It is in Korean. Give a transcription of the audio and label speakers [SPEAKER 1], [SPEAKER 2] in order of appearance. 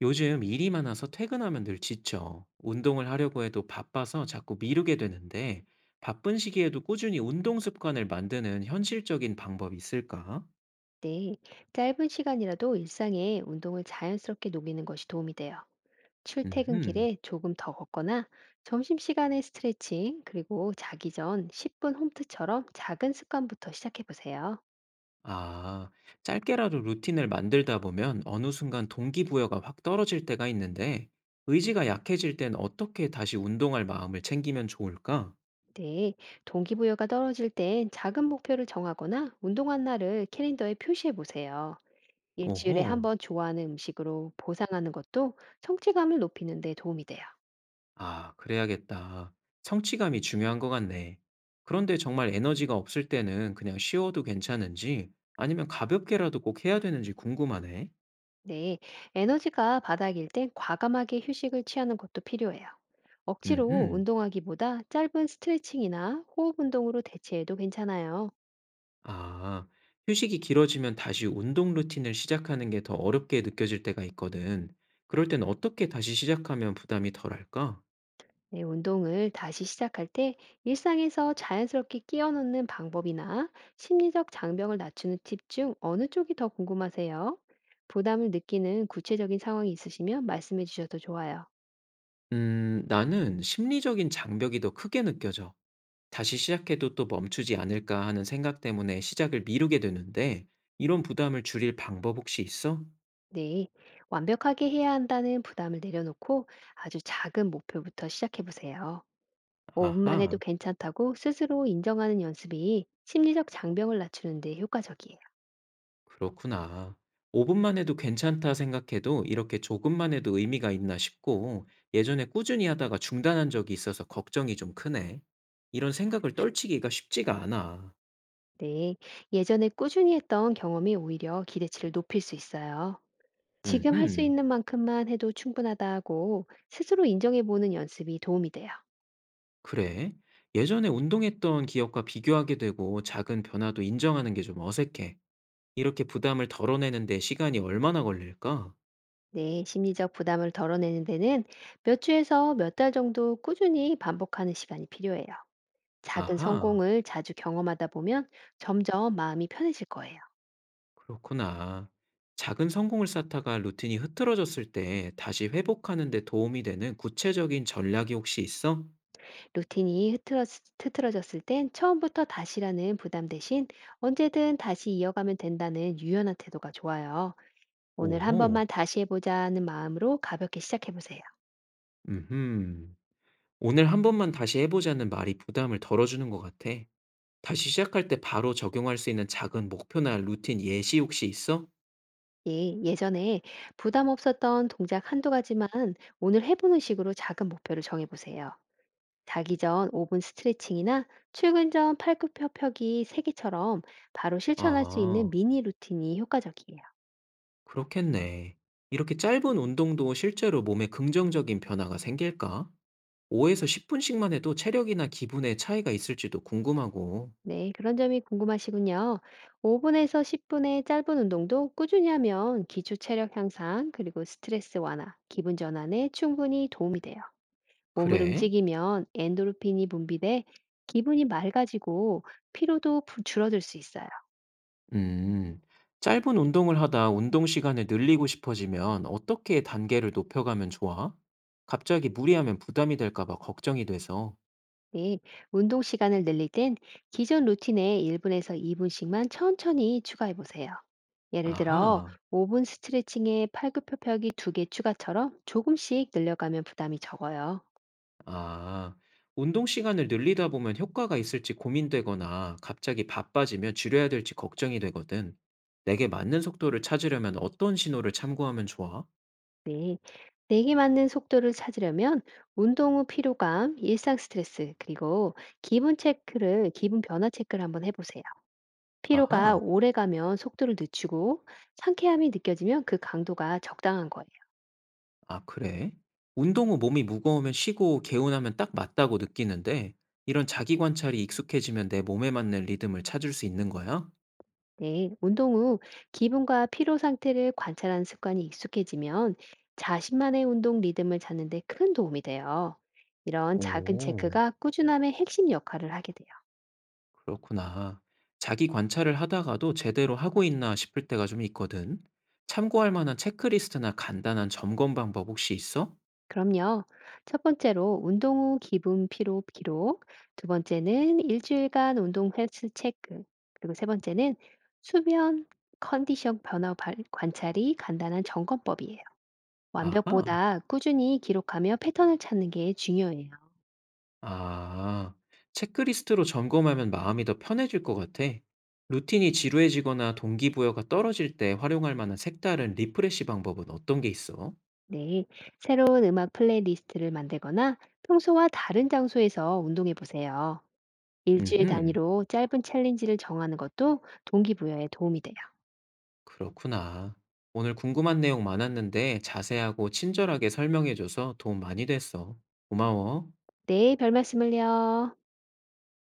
[SPEAKER 1] 요즘 일이 많아서 퇴근하면 늘 지쳐. 운동을 하려고 해도 바빠서 자꾸 미루게 되는데, 바쁜 시기에도 꾸준히 운동 습관을 만드는 현실적인 방법이 있을까?
[SPEAKER 2] 네, 짧은 시간이라도 일상에 운동을 자연스럽게 녹이는 것이 도움이 돼요.
[SPEAKER 1] 음,
[SPEAKER 2] 출퇴근길에 조금 더 걷거나 점심시간에 스트레칭, 그리고 자기 전 10분 홈트처럼 작은 습관부터 시작해 보세요.
[SPEAKER 1] 아, 짧게라도 루틴을 만들다 보면 어느 순간 동기부여가 확 떨어질 때가 있는데, 의지가 약해질 땐 어떻게 다시 운동할 마음을 챙기면 좋을까?
[SPEAKER 2] 네, 동기부여가 떨어질 땐 작은 목표를 정하거나 운동한 날을 캘린더에 표시해 보세요. 일주일에 한
[SPEAKER 1] 오호.
[SPEAKER 2] 번 좋아하는 음식으로 보상하는 것도 성취감을 높이는 데 도움이 돼요.
[SPEAKER 1] 아, 그래야겠다. 성취감이 중요한 것 같네. 그런데 정말 에너지가 없을 때는 그냥 쉬어도 괜찮은지 아니면 가볍게라도 꼭 해야 되는지 궁금하네.
[SPEAKER 2] 네, 에너지가 바닥일 땐 과감하게 휴식을 취하는 것도 필요해요. 억지로
[SPEAKER 1] 음흠.
[SPEAKER 2] 운동하기보다 짧은 스트레칭이나 호흡 운동으로 대체해도 괜찮아요.
[SPEAKER 1] 아, 휴식이 길어지면 다시 운동 루틴을 시작하는 게 더 어렵게 느껴질 때가 있거든. 그럴 땐 어떻게 다시 시작하면 부담이 덜할까?
[SPEAKER 2] 네, 운동을 다시 시작할 때 일상에서 자연스럽게 끼워 넣는 방법이나 심리적 장벽을 낮추는 팁 중 어느 쪽이 더 궁금하세요? 부담을 느끼는 구체적인 상황이 있으시면 말씀해 주셔도 좋아요.
[SPEAKER 1] 나는 심리적인 장벽이 더 크게 느껴져. '다시 시작해도 또 멈추지 않을까.' 하는 생각 때문에 시작을 미루게 되는데 이런 부담을 줄일 방법 혹시 있어?
[SPEAKER 2] 네, 완벽하게 해야 한다는 부담을 내려놓고 아주 작은 목표부터 시작해 보세요. 5분만 해도
[SPEAKER 1] 아하.
[SPEAKER 2] 괜찮다고 스스로 인정하는 연습이 심리적 장벽을 낮추는 데 효과적이에요.
[SPEAKER 1] 그렇구나. ''5 분만 해도 괜찮다.' 생각해도 이렇게 조금만 해도 의미가 있나.' 싶고 예전에 꾸준히 하다가 중단한 적이 있어서 걱정이 좀 크네. 이런 생각을 떨치기가 쉽지가 않아.
[SPEAKER 2] 네. 예전에 꾸준히 했던 경험이 오히려 기대치를 높일 수 있어요. 지금 할 수
[SPEAKER 1] 음흠.
[SPEAKER 2] 있는 만큼만 해도 충분하다고 스스로 인정해 보는 연습이 도움이 돼요.
[SPEAKER 1] 그래. 예전에 운동했던 기억과 비교하게 되고 작은 변화도 인정하는 게 좀 어색해. 이렇게 부담을 덜어내는 데 시간이 얼마나 걸릴까?
[SPEAKER 2] 네, 심리적 부담을 덜어내는 데는 몇 주에서 몇 달 정도 꾸준히 반복하는 시간이 필요해요. 작은
[SPEAKER 1] 아하,
[SPEAKER 2] 성공을 자주 경험하다 보면 점점 마음이 편해질 거예요.
[SPEAKER 1] 그렇구나. 작은 성공을 쌓다가 루틴이 흐트러졌을 때 다시 회복하는 데 도움이 되는 구체적인 전략이 혹시 있어?
[SPEAKER 2] 루틴이 흐트러, 흐트러졌을 땐 처음부터 다시라는 부담 대신 언제든 다시 이어가면 된다는 유연한 태도가 좋아요. 오늘 한
[SPEAKER 1] 오호,
[SPEAKER 2] 번만 다시 해보자는 마음으로 가볍게 시작해보세요.
[SPEAKER 1] 음흠. 오늘 한 번만 다시 해보자는 말이 부담을 덜어주는 것 같아. 다시 시작할 때 바로 적용할 수 있는 작은 목표나 루틴 예시 혹시 있어?
[SPEAKER 2] 예, 예전에 부담 없었던 동작 한두 가지만 오늘 해보는 식으로 작은 목표를 정해보세요. 자기 전 5분 스트레칭이나 출근 전 팔굽혀펴기 3개처럼 바로 실천할 수 있는
[SPEAKER 1] 아,
[SPEAKER 2] 미니 루틴이 효과적이에요.
[SPEAKER 1] 그렇겠네. 이렇게 짧은 운동도 실제로 몸에 긍정적인 변화가 생길까? 5에서 10분씩만 해도 체력이나 기분에 차이가 있을지도 궁금하고.
[SPEAKER 2] 네, 그런 점이 궁금하시군요. 5분에서 10분의 짧은 운동도 꾸준히 하면 기초 체력 향상, 그리고 스트레스 완화, 기분 전환에 충분히 도움이 돼요. 몸을
[SPEAKER 1] 그래?
[SPEAKER 2] 움직이면 엔도르핀이 분비돼 기분이 맑아지고 피로도 줄어들 수 있어요.
[SPEAKER 1] 음. 짧은 운동을 하다 운동 시간을 늘리고 싶어지면 어떻게 단계를 높여가면 좋아? 갑자기 무리하면 부담이 될까 봐 걱정이 돼서.
[SPEAKER 2] 네, 운동 시간을 늘릴 땐 기존 루틴에 1분에서 2분씩만 천천히 추가해 보세요. 예를 들어
[SPEAKER 1] 아하.
[SPEAKER 2] 5분 스트레칭에 팔굽혀펴기 2개 추가처럼 조금씩 늘려가면 부담이 적어요.
[SPEAKER 1] 아. 운동 시간을 늘리다 보면 효과가 있을지 고민되거나 갑자기 바빠지면 줄여야 될지 걱정이 되거든. 내게 맞는 속도를 찾으려면 어떤 신호를 참고하면 좋아?
[SPEAKER 2] 네. 내게 맞는 속도를 찾으려면 운동 후 피로감, 일상 스트레스, 그리고 기분 변화 체크를 한번 해보세요. 피로가
[SPEAKER 1] 아하.
[SPEAKER 2] 오래 가면 속도를 늦추고 상쾌함이 느껴지면 그 강도가 적당한 거예요.
[SPEAKER 1] 아 그래? 운동 후 몸이 무거우면 쉬고 개운하면 딱 맞다고 느끼는데 이런 자기 관찰이 익숙해지면 내 몸에 맞는 리듬을 찾을 수 있는 거야?
[SPEAKER 2] 네. 운동 후 기분과 피로 상태를 관찰하는 습관이 익숙해지면 자신만의 운동 리듬을 찾는 데 큰 도움이 돼요. 이런 작은
[SPEAKER 1] 오,
[SPEAKER 2] 체크가 꾸준함의 핵심 역할을 하게 돼요.
[SPEAKER 1] 그렇구나. 자기 관찰을 하다가도 제대로 하고 있나 싶을 때가 좀 있거든. 참고할 만한 체크리스트나 간단한 점검 방법 혹시 있어?
[SPEAKER 2] 그럼요. 첫 번째로 운동 후 기분 피로 기록, 두 번째는 일주일간 운동 횟수 체크, 그리고 세 번째는 수면 컨디션 변화 관찰이 간단한 점검법이에요.
[SPEAKER 1] 아하.
[SPEAKER 2] 완벽보다 꾸준히 기록하며 패턴을 찾는 게 중요해요.
[SPEAKER 1] 아, 체크리스트로 점검하면 마음이 더 편해질 것 같아. 루틴이 지루해지거나 동기부여가 떨어질 때 활용할 만한 색다른 리프레시 방법은 어떤 게 있어?
[SPEAKER 2] 네. 새로운 음악 플레이리스트를 만들거나 평소와 다른 장소에서 운동해 보세요. 일주일
[SPEAKER 1] 음흠,
[SPEAKER 2] 단위로 짧은 챌린지를 정하는 것도 동기부여에 도움이 돼요.
[SPEAKER 1] 그렇구나. 오늘 궁금한 내용 많았는데 자세하고 친절하게 설명해줘서 도움 많이 됐어. 고마워.
[SPEAKER 2] 네, 별 말씀을요.